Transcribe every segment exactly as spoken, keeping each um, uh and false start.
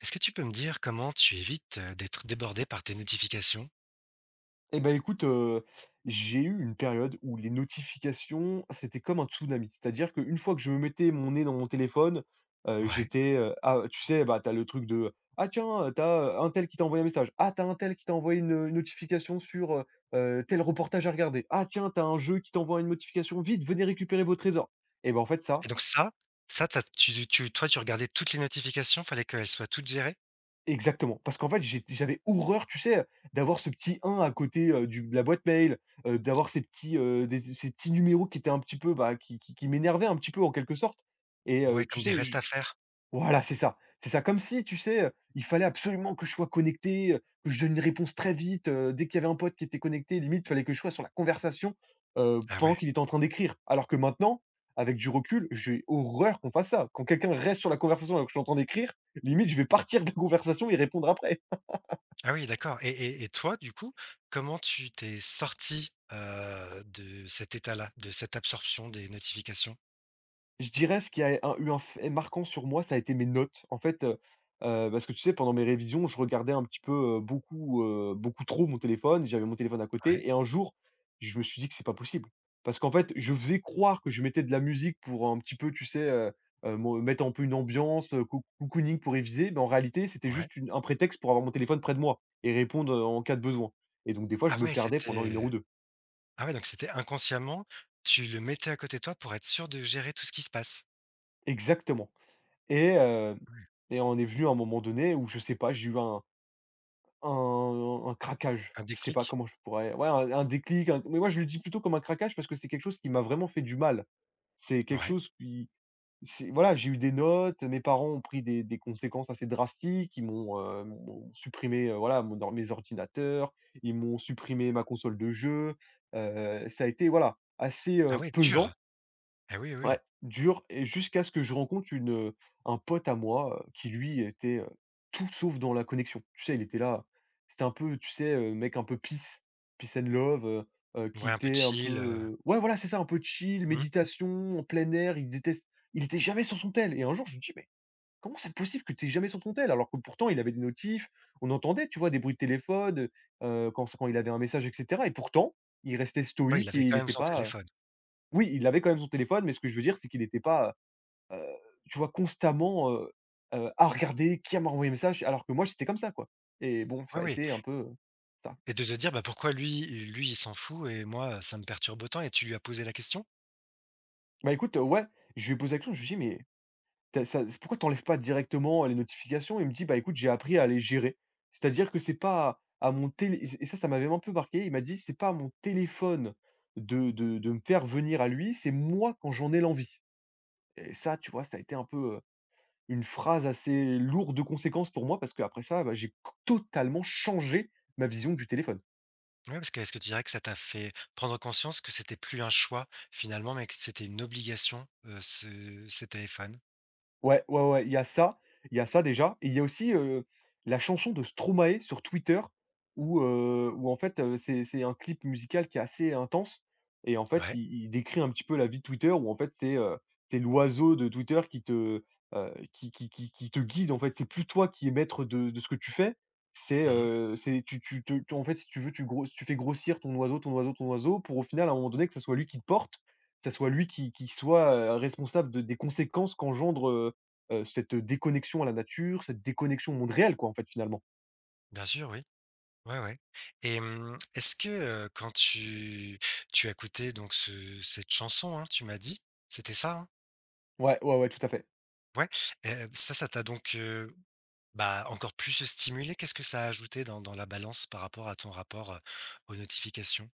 Est-ce que tu peux me dire comment tu évites, heu, d'être débordé par tes notifications? Eh ben, écoute, heu, j'ai eu une période où les notifications, c'était comme un tsunami. C'est-à-dire qu'une fois que je me mettais mon nez dans mon téléphone, heu, Ouais, j'étais, heu, ah, tu sais, bah, t'as le truc de: «Ah tiens, heu, tu as, un tel qui t'a envoyé un message. Ah, t'as un tel qui t'a envoyé une, une notification sur, heu heu, tel reportage à regarder. Ah tiens, t'as un jeu qui t'envoie une notification: "Vite, venez récupérer vos trésors"». Et ben en fait ça, et donc ça ça, tu tu tu toi, tu regardais toutes les notifications, fallait qu'elles soient toutes gérées? exactement, parce qu'en fait, j'ai j'avais horreur, tu sais, d'avoir ce petit un à côté, heu, du de la boîte mail, heu, d'avoir ces petits, heu, des ces petits numéros qui étaient un petit peu, bah, qui qui qui m'énervaient un petit peu en quelque sorte et Ouais, heu, comme tu des sais, restes à faire? voilà, c'est ça. C'est ça, comme si, tu sais, heu, il fallait absolument que je sois connecté, heu, que je donne une réponse très vite, heu, dès qu'il y avait un pote qui était connecté, limite, il fallait que je sois sur la conversation, heu, Ah pendant ouais. qu'il était en train d'écrire. Alors que maintenant, avec du recul, j'ai horreur qu'on fasse ça. Quand quelqu'un reste sur la conversation alors que je suis en train d'écrire, limite, je vais partir de la conversation et répondre après. Ah oui, d'accord, et et et toi, du coup, comment tu t'es sorti heu, de cet état-là, de cette absorption des notifications? Je dirais ce qui a un eu un fait marquant sur moi, ça a été mes notes. En fait, heu, heu, parce que tu sais, pendant mes révisions, je regardais un petit peu, heu, beaucoup, heu, beaucoup trop mon téléphone. J'avais mon téléphone à Ouais, côté et un jour, je me suis dit que c'est pas possible. Parce qu'en fait, je faisais croire que je mettais de la musique pour un petit peu, tu sais, heu, heu, me mettre un peu une ambiance, heu, coo cocooning pour réviser, mais en réalité, c'était ouais. juste une un prétexte pour avoir mon téléphone près de moi et répondre, heu, en cas de besoin et donc des fois, je Ah me ouais, perdais pendant c'était une heure ou deux. ah ouais, donc c'était inconsciemment, tu le mettais à côté de toi pour être sûr de gérer tout ce qui se passe? Exactement, et heu Ouais. et on est venu à un moment donné où je sais pas, j'ai eu un Un un craquage, Un je sais pas déclic? comment je pourrais ouais, un un déclic, un mais moi je le dis plutôt comme un craquage parce que c'est quelque chose qui m'a vraiment fait du mal. C'est quelque Ouais. chose qui c'est voilà, j'ai eu des notes, mes parents ont pris des des conséquences assez drastiques, ils m'ont, heu, m'ont supprimé, heu, voilà, mon or mes ordinateurs, ils m'ont supprimé ma console de jeu, heu, ça a été voilà, assez, Ah heu, ouais, dur! pesant. Ah oui, oui, oui. Ouais, dur, et jusqu'à ce que je rencontre une, heu, un pote à moi, heu, qui lui était, heu, tout sauf dans la connexion. Tu sais, il était là, c'était un peu, tu sais, heu, mec un peu peace, peace and love, heu heu, qui Ouais, un peu était un peu, chill, heu, heu ouais, voilà, c'est ça, un peu chill, mmh. méditation, en plein air, il déteste il était jamais sur son tel et un jour je me dis: «Mais comment c'est possible que tu es jamais sur son tel?» alors que pourtant il avait des notifs, on entendait, tu vois, des bruits de téléphone, heu quand quand il avait un message et cetera et pourtant, il restait Oui, il stoïque avait et il quand même était son pas, téléphone. oui, il avait quand même son téléphone, mais ce que je veux dire, c'est qu'il n'était pas, heu tu vois, constamment, heu heu, à regarder qui m'a envoyé un message, alors que moi, j'étais comme ça, quoi. Et bon, Oui, ça a oui, été un peu, heu, ça. et de se dire, bah, pourquoi lui lui il s'en fout et moi ça me perturbe autant, et tu lui as posé la question? Bah, écoute, euh, ouais, je lui ai posé la question, je lui ai dit: «Mais tu ça pourquoi t'enlèves pas directement les notifications?» Il me dit: «Bah, écoute, j'ai appris à les gérer. C'est-à-dire que c'est pas à mon télé» et ça, ça m'avait un peu marqué. Il m'a dit: «C'est pas à mon téléphone de de de me faire venir à lui, c'est moi quand j'en ai l'envie» et ça, tu vois, ça a été un peu, une phrase assez lourde de conséquences pour moi parce qu'après ça, bah, j'ai c totalement changé ma vision du téléphone. Ouais, parce que est-ce que tu dirais que ça t'a fait prendre conscience que c'était plus un choix finalement, mais que c'était une obligation, heu, ce ces téléphones? Ouais, ouais, ouais, il y a ça, il y a ça déjà et il y a aussi, heu, la chanson de Stromae sur Twitter où, heu, où en fait, heu, c'est c'est un clip musical qui est assez intense et en fait, Ouais. il il décrit un petit peu la vie de Twitter où en fait, c'est, heu, c'est l'oiseau de Twitter qui te, heu, qui qui qui qui te guide en fait. C'est plus toi qui es maître de de ce que tu fais, c'est, Mmh. heu, c'est tu tu te tu en fait, si tu veux, tu gros tu fais grossir ton oiseau, ton oiseau, ton oiseau pour au final, à un moment donné, que ça soit lui qui te porte, que ça soit lui qui qui soit, heu, responsable de des conséquences qu'engendre, Heu, cette déconnexion à la nature, cette déconnexion au monde réel quoi, en fait, finalement. Bien sûr, oui. Ouais, ouais, et mmh, est-ce que, heu, quand tu tu as écouté donc ce cette chanson, hein, tu m'as dit? C'était ça, hein? Ouais, ouais, ouais, tout à fait. Ouais, heu, ça, ça t'a donc bah encore plus stimulé, qu'est-ce que ça a ajouté dans dans la balance par rapport à ton rapport, heu, aux notifications?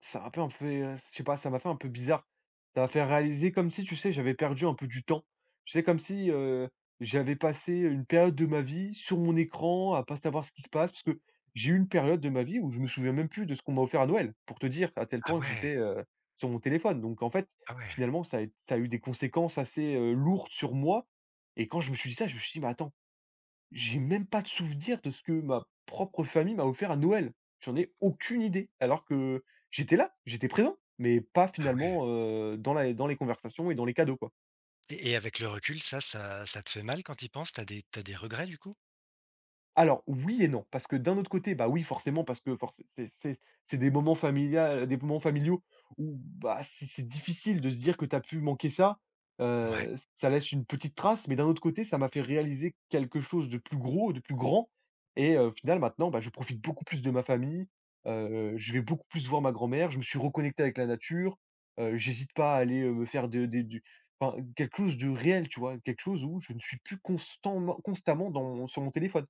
Ça a un peu un fait, heu, je sais pas, ça m'a fait un peu bizarre. Ça m'a fait réaliser comme si, tu sais, j'avais perdu un peu du temps. Tu sais, comme si, heu, j'avais passé, une période de ma vie sur mon écran à pas savoir ce qui se passe, parce que j'ai eu une période de ma vie où je me souviens même plus de ce qu'on m'a offert à Noël, pour te dire à tel Ah point que ouais, j'étais, heu, sur mon téléphone. Donc en fait, ah ouais, finalement, ça a ça a eu des conséquences assez, heu, lourdes sur moi et quand je me suis dit ça, je me suis dit: «Mais attends, j'ai même pas de souvenir de ce que ma propre famille m'a offert à Noël. J'en ai aucune idée. Alors que j'étais là, j'étais présent, mais pas ah ouais, finalement, heu, dans la dans les conversations et dans les cadeaux, quoi. et et avec le recul, ça ça ça te fait mal quand tu y penses? T'as des t'as des regrets, du coup? Alors oui et non, parce que d'un autre côté, bah oui, forcément, parce que forc c'est c'est c'est des moments familiaux des moments familiaux où, bah, c'est c'est difficile de se dire que tu as pu manquer ça. Ouais. Heu, ça laisse une petite trace, mais d'un autre côté, ça m'a fait réaliser quelque chose de plus gros, de plus grand et heu, au final, maintenant, bah, je profite beaucoup plus de ma famille. Heu, je vais beaucoup plus voir ma grand-mère. Je me suis reconnecté avec la nature. Heu, j'hésite pas à aller, heu, me faire de des du enfin, quelque chose de réel, tu vois? Quelque chose où je ne suis plus constamment constamment dans sur mon téléphone.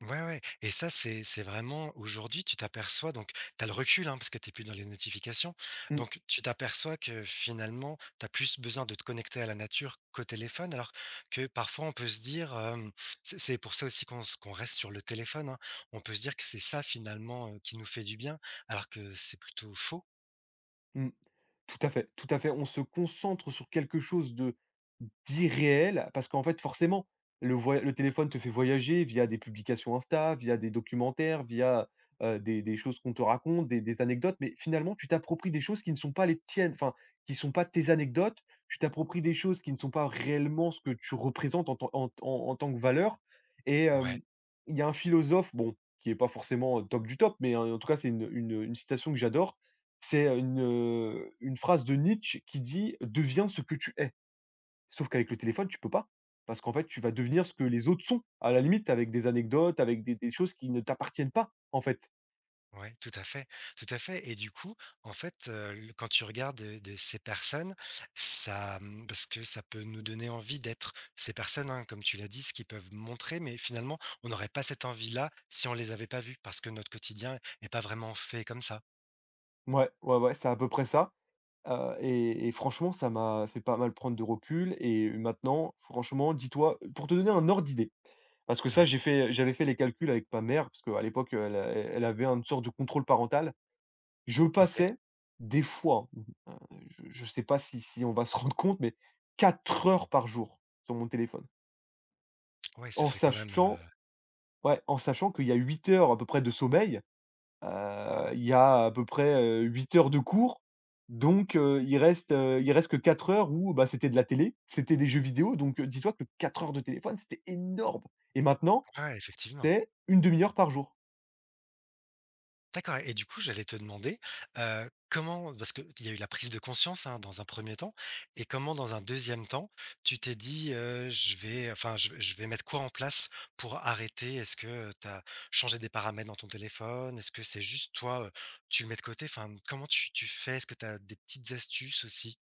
Ouais, ouais, et ça, c'est c'est vraiment aujourd'hui, tu t'aperçois donc tu as le recul, hein, parce que tu plus dans les notifications. Mmh. Donc tu t'aperçois que finalement, tu as plus besoin de te connecter à la nature qu'au téléphone, alors que parfois on peut se dire, hem, c'est c'est pour ça aussi qu'on s qu'on reste sur le téléphone, hein. On peut se dire que c'est ça finalement, heu, qui nous fait du bien, alors que c'est plutôt faux. Mmh. Tout à fait, tout à fait. On se concentre sur quelque chose de d'irréel parce qu'en fait, forcément, le voya le téléphone te fait voyager via des publications Insta, via des documentaires, via, heu, des des choses qu'on te raconte, des des anecdotes, mais finalement, tu t'appropries des choses qui ne sont pas les tiennes, enfin, qui ne sont pas tes anecdotes. Tu t'appropries des choses qui ne sont pas réellement ce que tu représentes en tant en tant en tant que valeur et Ouais. hem, il y a un philosophe, bon, qui est pas forcément, heu, top du top, mais en en tout cas, c'est une une une citation que j'adore, c'est, heu, une, heu, une phrase de Nietzsche qui dit: «Deviens ce que tu es». Sauf qu'avec le téléphone, tu peux pas. Parce qu'en fait, tu vas devenir ce que les autres sont, à la limite avec des anecdotes, avec des des choses qui ne t'appartiennent pas, en fait. Ouais, tout à fait, tout à fait, et du coup, en fait, heu, le quand tu regardes, heu, de ces personnes, ça, mmh, parce que ça peut nous donner envie d'être ces personnes, hein, comme tu l'as dit, ce qu'ils peuvent montrer, mais finalement, on n'aurait pas cette envie-là si on les avait pas vues parce que notre quotidien n'est pas vraiment fait comme ça. Ouais, ouais, ouais, c'est à peu près ça, heu et et franchement, ça m'a fait pas mal prendre de recul et maintenant, franchement, dis-toi pour te donner un ordre d'idée, parce que ça, Ouais, j'ai fait j'avais fait les calculs avec ma mère, parce qu'à l'époque, elle a elle avait une sorte de contrôle parental. Je OK. passais des fois, hein, je je sais pas si si on va se rendre compte, mais quatre heures par jour sur mon téléphone. Ouais, ça En fait quand même, sachant, heu ouais, en sachant qu'il y a huit heures à peu près de sommeil, heu, il y a à peu près, heu, huit heures de cours, donc heu, il reste, heu, il reste que quatre heures où, bah, c'était de la télé, c'était des jeux vidéo, donc heu, dis-toi que quatre heures de téléphone, c'était énorme et maintenant, ouais, effectivement. c'est une demi heure par jour. D'accord, et du coup, j'allais te demander, heu, comment parce qu'il y a eu la prise de conscience, hein, dans un premier temps, et comment dans un deuxième temps, tu t'es dit, heu: «Je vais enfin, je vais je vais mettre quoi en place pour arrêter?» Est-ce que, heu, tu as changé des paramètres dans ton téléphone? Est-ce que c'est juste toi, heu, tu le mets de côté? Enfin, comment tu tu fais? Est-ce que tu as des petites astuces aussi?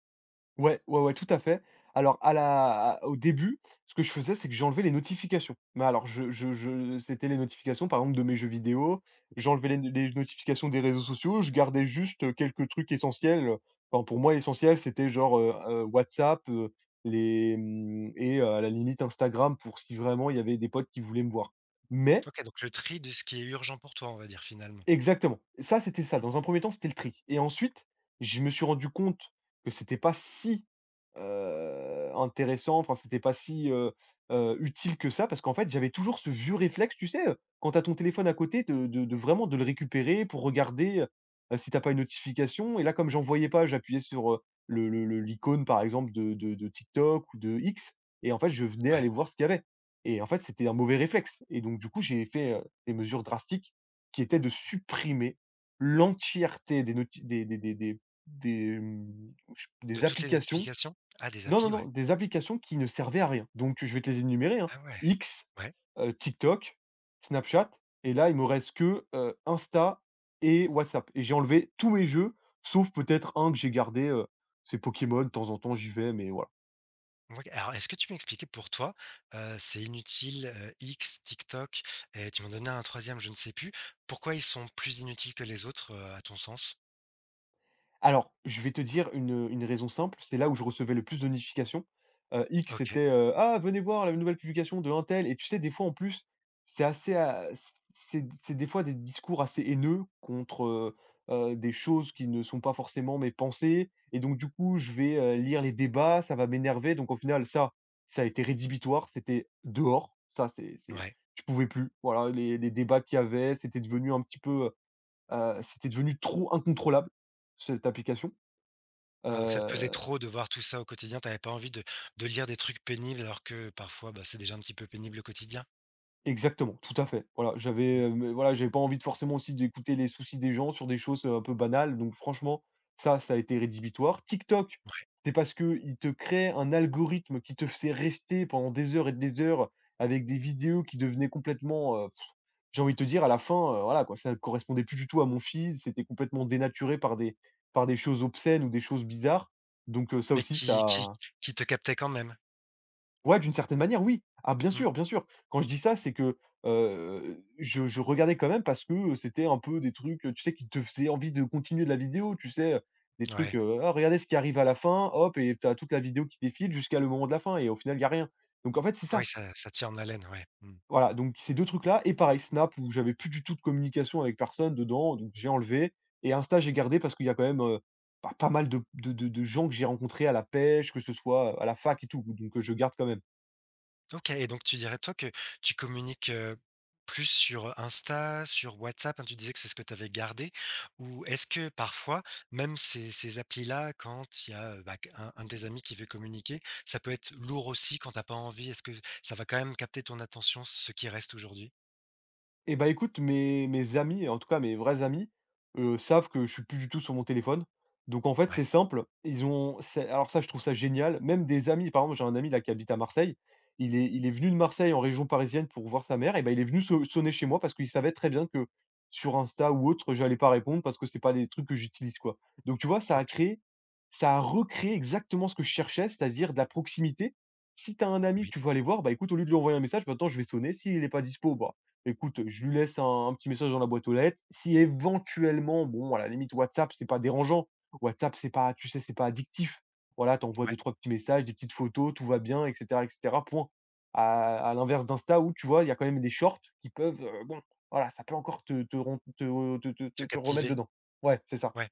Ouais, ouais, ouais, tout à fait. Alors à la à au début, ce que je faisais, c'est que j'enlevais les notifications. Mais alors je je je c'était les notifications, par exemple, de mes jeux vidéo, j'enlevais les les notifications des réseaux sociaux, je gardais juste, heu, quelques trucs essentiels, enfin pour moi essentiel, c'était genre, heu heu, WhatsApp, heu, les, mmh et heu, à la limite Instagram pour si vraiment il y avait des potes qui voulaient me voir. Mais OK, donc le tri de ce qui est urgent pour toi, on va dire, finalement. exactement. Ça, c'était ça. Mmh. Dans un premier temps, c'était le tri et ensuite, je me suis rendu compte que c'était pas si, heu, intéressant, enfin, c'était pas si, heu heu, utile que ça parce qu'en fait, j'avais toujours ce vieux réflexe, tu sais, heu, quand t'as ton téléphone à côté, de de de vraiment de le récupérer pour regarder, heu si t'as pas une notification et là, comme j'en voyais pas, j'appuyais sur, heu, le le le l'icône, par exemple, de de de TikTok ou de X et en fait, je venais Ouais. aller voir ce qu'il y avait et en fait, c'était un mauvais réflexe et donc du coup, j'ai fait, heu, des mesures drastiques qui était de supprimer l'entièreté des noti des des des des des, mmh, ch De des toutes les applications. notifications? Ah, des Non, applis, non, non, ouais. des applications qui ne servaient à rien. Donc, je vais te les énumérer, hein. Ah ouais. X, Ouais. heu, TikTok, Snapchat et là, il me reste que, heu, Insta et WhatsApp et j'ai enlevé tous mes jeux, sauf peut-être un que j'ai gardé, heu, c'est Pokémon, de temps en temps, j'y vais, mais voilà. OK, alors est-ce que tu peux m'expliquer pour toi, heu, c'est inutile, heu, X, TikTok, et tu m'en donnais un troisième, je ne sais plus. Pourquoi ils sont plus inutiles que les autres, heu, à ton sens? Alors, je vais te dire une, une raison simple, c'est là où je recevais le plus de notifications. Heu, X OK, c'était, heu: «Ah venez voir la nouvelle publication de untel» et tu sais des fois en plus, c'est assez à c c'est c'est des fois des discours assez haineux contre, heu heu, des choses qui ne sont pas forcément mes pensées et donc du coup je vais, heu, lire les débats, ça va m'énerver donc au final ça, ça a été rédhibitoire, c'était dehors, ça c'est c'est ouais. je pouvais plus. Voilà les les débats qu'il y avait, c'était devenu un petit peu, Heu, c'était devenu trop incontrôlable, cette application. Ouais, donc ça te pesait Heu, trop de voir tout ça au quotidien. T'avais pas envie de de lire des trucs pénibles alors que parfois, bah, c'est déjà un petit peu pénible au quotidien? exactement, tout à fait. Voilà, j'avais, Mmh, heu, mais voilà, j'avais pas envie de forcément aussi d'écouter les soucis des gens sur des choses, heu, un peu banales, donc franchement, ça, ça a été rédhibitoire. TikTok, ouais, c'est parce que il te crée un algorithme qui te fait rester pendant des heures et des heures avec des vidéos qui devenaient complètement, heu, j'ai envie de te dire à la fin, heu, voilà quoi, ça correspondait plus du tout à mon feed, c'était complètement dénaturé par des par des choses obscènes ou des choses bizarres, donc heu, ça mais aussi qui qui ça qui te captait quand même? ouais, d'une certaine manière, oui. Ah, bien Mmh, sûr, bien sûr. Quand je dis ça, c'est que, heu, je je regardais quand même parce que, c'était un peu des trucs, tu sais, qui te faisaient envie de continuer de la vidéo, tu sais? Des trucs, ouais. heu: «Ah, regardez ce qui arrive à la fin», hop et tu as toute la vidéo qui défile jusqu'à le moment de la fin et au final, il y a rien. Donc en fait, c'est Oui, ça. ça ça tient en haleine, ouais. Mmh. Voilà, donc ces deux trucs-là et pareil, Snap où j'avais plus du tout de communication avec personne dedans, donc j'ai enlevé et Insta, j'ai gardé parce qu'il y a quand même, heu, bah, pas mal de de de de gens que j'ai rencontrés à la pêche, que ce soit, à la fac et tout, donc heu, je garde quand même. OK, et donc tu dirais, toi, que tu communiques, heu, plus sur Insta, sur WhatsApp, hein, tu disais que c'est ce que tu avais gardé, ou est-ce que parfois, même ces ces applis-là, quand il y a, heu, bah, un un de tes amis qui veut communiquer, ça peut être lourd aussi quand t'as pas envie? Est-ce que ça va quand même capter ton attention, ce qui reste aujourd'hui? Eh bah, écoute, mes mes amis, en tout cas mes vrais amis, heu, savent que je suis plus du tout sur mon téléphone. Donc en fait, Ouais, c'est simple, ils ont c'est alors ça, je trouve ça génial, même des amis, par exemple, j'ai un ami là qui habite à Marseille, il est il est venu de Marseille en région parisienne pour voir sa mère et ben il est venu sau sonner chez moi parce qu'il savait très bien que sur Insta ou autre, j'allais pas répondre parce que c'est pas les trucs que j'utilise, quoi. Donc tu vois, ça a OK, créé ça a recréé exactement ce que je cherchais, c'est-à-dire de la proximité. Si tu as un ami que oui, tu veux aller voir, bah, écoute, au lieu de lui envoyer un message, maintenant je vais sonner, s'il est pas dispo, bah écoute, je lui laisse un un petit message dans la boîte aux lettres. Si éventuellement, bon, à la limite, WhatsApp, c'est pas dérangeant. WhatsApp, c'est pas, tu sais, c'est pas addictif. Voilà, t'envoies ouais, deux trois petits messages, des petites photos, tout va bien, et cetera, et cetera, point. À à l'inverse d'Insta où, tu vois, il y a quand même des shorts qui peuvent, heu, bon, voilà, ça peut encore te te ren te te te te te te remettre captiver? dedans. Ouais, c'est ça. Ouais.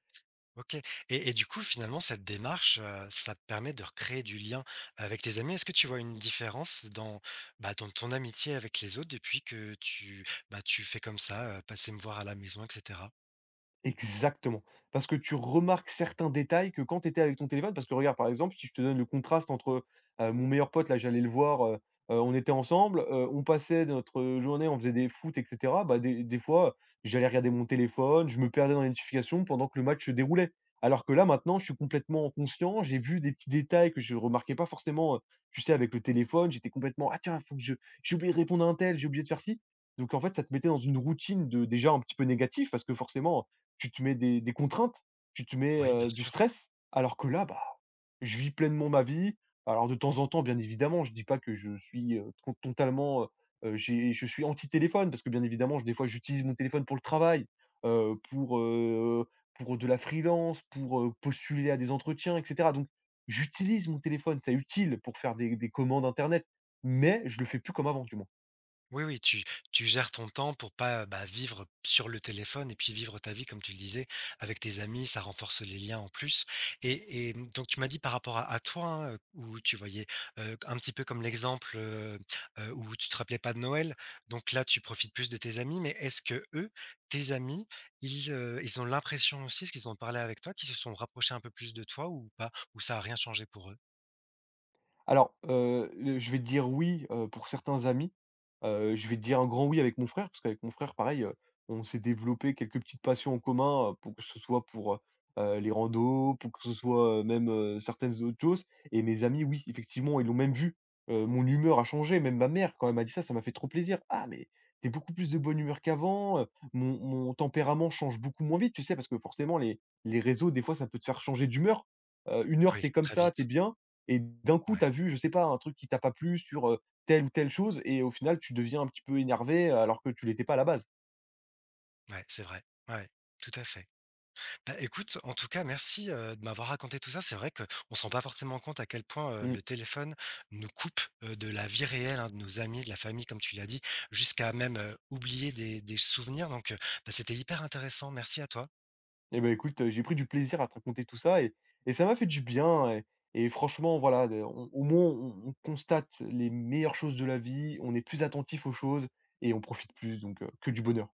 OK, et et du coup, finalement, cette démarche, heu, ça te permet de recréer du lien avec tes amis. Est-ce que tu vois une différence dans, bah, dans ton amitié avec les autres depuis que tu, bah, tu fais comme ça, heu, «Passez me voir à la maison» et cetera? Exactement. Parce que tu remarques certains détails que quand tu étais avec ton téléphone parce que regarde, par exemple, si je te donne le contraste entre, heu, mon meilleur pote là, j'allais le voir, heu heu, on était ensemble, heu, on passait notre, journée, on faisait des foot et cetera. Bah, des des fois, j'allais regarder mon téléphone, je me perdais dans les notifications pendant que le match se déroulait. Alors que là, maintenant, je suis complètement conscient, j'ai vu des petits détails que je remarquais pas forcément, heu, tu sais, avec le téléphone, j'étais complètement: «Ah tiens, faut que je j'ai oublié de répondre à untel, j'ai oublié de faire ci». Donc en fait, ça te mettait dans une routine de déjà un petit peu négatif parce que forcément tu te mets des des contraintes, tu te mets, Oui, bien heu, du sûr. stress, alors que là, bah, je vis pleinement ma vie. Alors de temps en temps, bien évidemment, je dis pas que je suis, heu, con totalement, heu heu, j'ai je suis anti-téléphone parce que bien évidemment, je des fois, j'utilise mon téléphone pour le travail, heu, pour, heu, pour de la freelance, pour, heu, postuler à des entretiens et cetera. Donc j'utilise mon téléphone, c'est utile pour faire des des commandes internet, mais je le fais plus comme avant, du moins. Oui, oui, tu tu gères ton temps pour pas, bah, vivre sur le téléphone et puis vivre ta vie, comme tu le disais, avec tes amis, ça renforce les liens en plus, et et mmh, donc tu m'as dit par rapport à à toi, hein, heu, où tu voyais, heu, un petit peu comme l'exemple, heu heu, où tu te rappelais pas de Noël, donc là, tu profites plus de tes amis, mais est-ce que eux, tes amis, ils, heu, ils ont l'impression aussi, parce qu'ils ont parlé avec toi, qu'ils se sont rapprochés un peu plus de toi ou pas? Ou ça a rien changé pour eux? Alors, heu, le je vais te dire oui, heu, pour certains amis. Heu, je vais te dire un grand oui avec mon frère, parce qu'avec mon frère, pareil, heu, on s'est développé quelques petites passions en commun, heu, pour que ce soit pour, heu les randos, pour que ce soit, heu, même, heu, certaines autres choses et mes amis, oui, effectivement, ils l'ont même vu. Heu, mon humeur a changé, même ma mère, quand elle m'a dit ça, ça m'a fait trop plaisir: «Ah mais t'es beaucoup plus de bonne humeur qu'avant, heu, mon mon tempérament change beaucoup moins vite», tu sais? Parce que forcément les les réseaux, des fois, ça peut te faire changer d'humeur. Heu, une heure, Oui, t'es comme très ça, t'es vite. bien et d'un coup, Ouais, tu as vu, je sais pas, un truc qui t'a pas plu sur, heu, telle ou telle chose et au final, tu deviens un petit peu énervé, alors que tu l'étais pas à la base. ouais, c'est vrai. Ouais, tout à fait. Bah, écoute, en tout cas, merci, heu, de m'avoir raconté tout ça. C'est vrai qu'on ne se rend pas forcément compte à quel point, heu, Mmh. le téléphone nous coupe, heu, de la vie réelle, hein, de nos amis, de la famille, comme tu l'as dit, jusqu'à même, heu, oublier des des souvenirs donc heu, bah, c'était hyper intéressant. Merci à toi. Et ben écoute, heu, j'ai pris du plaisir à te raconter tout ça et et ça m'a fait du bien et et franchement, voilà, de on au moins, on on constate les meilleures choses de la vie, on est plus attentif aux choses et on profite plus, donc heu, que du bonheur.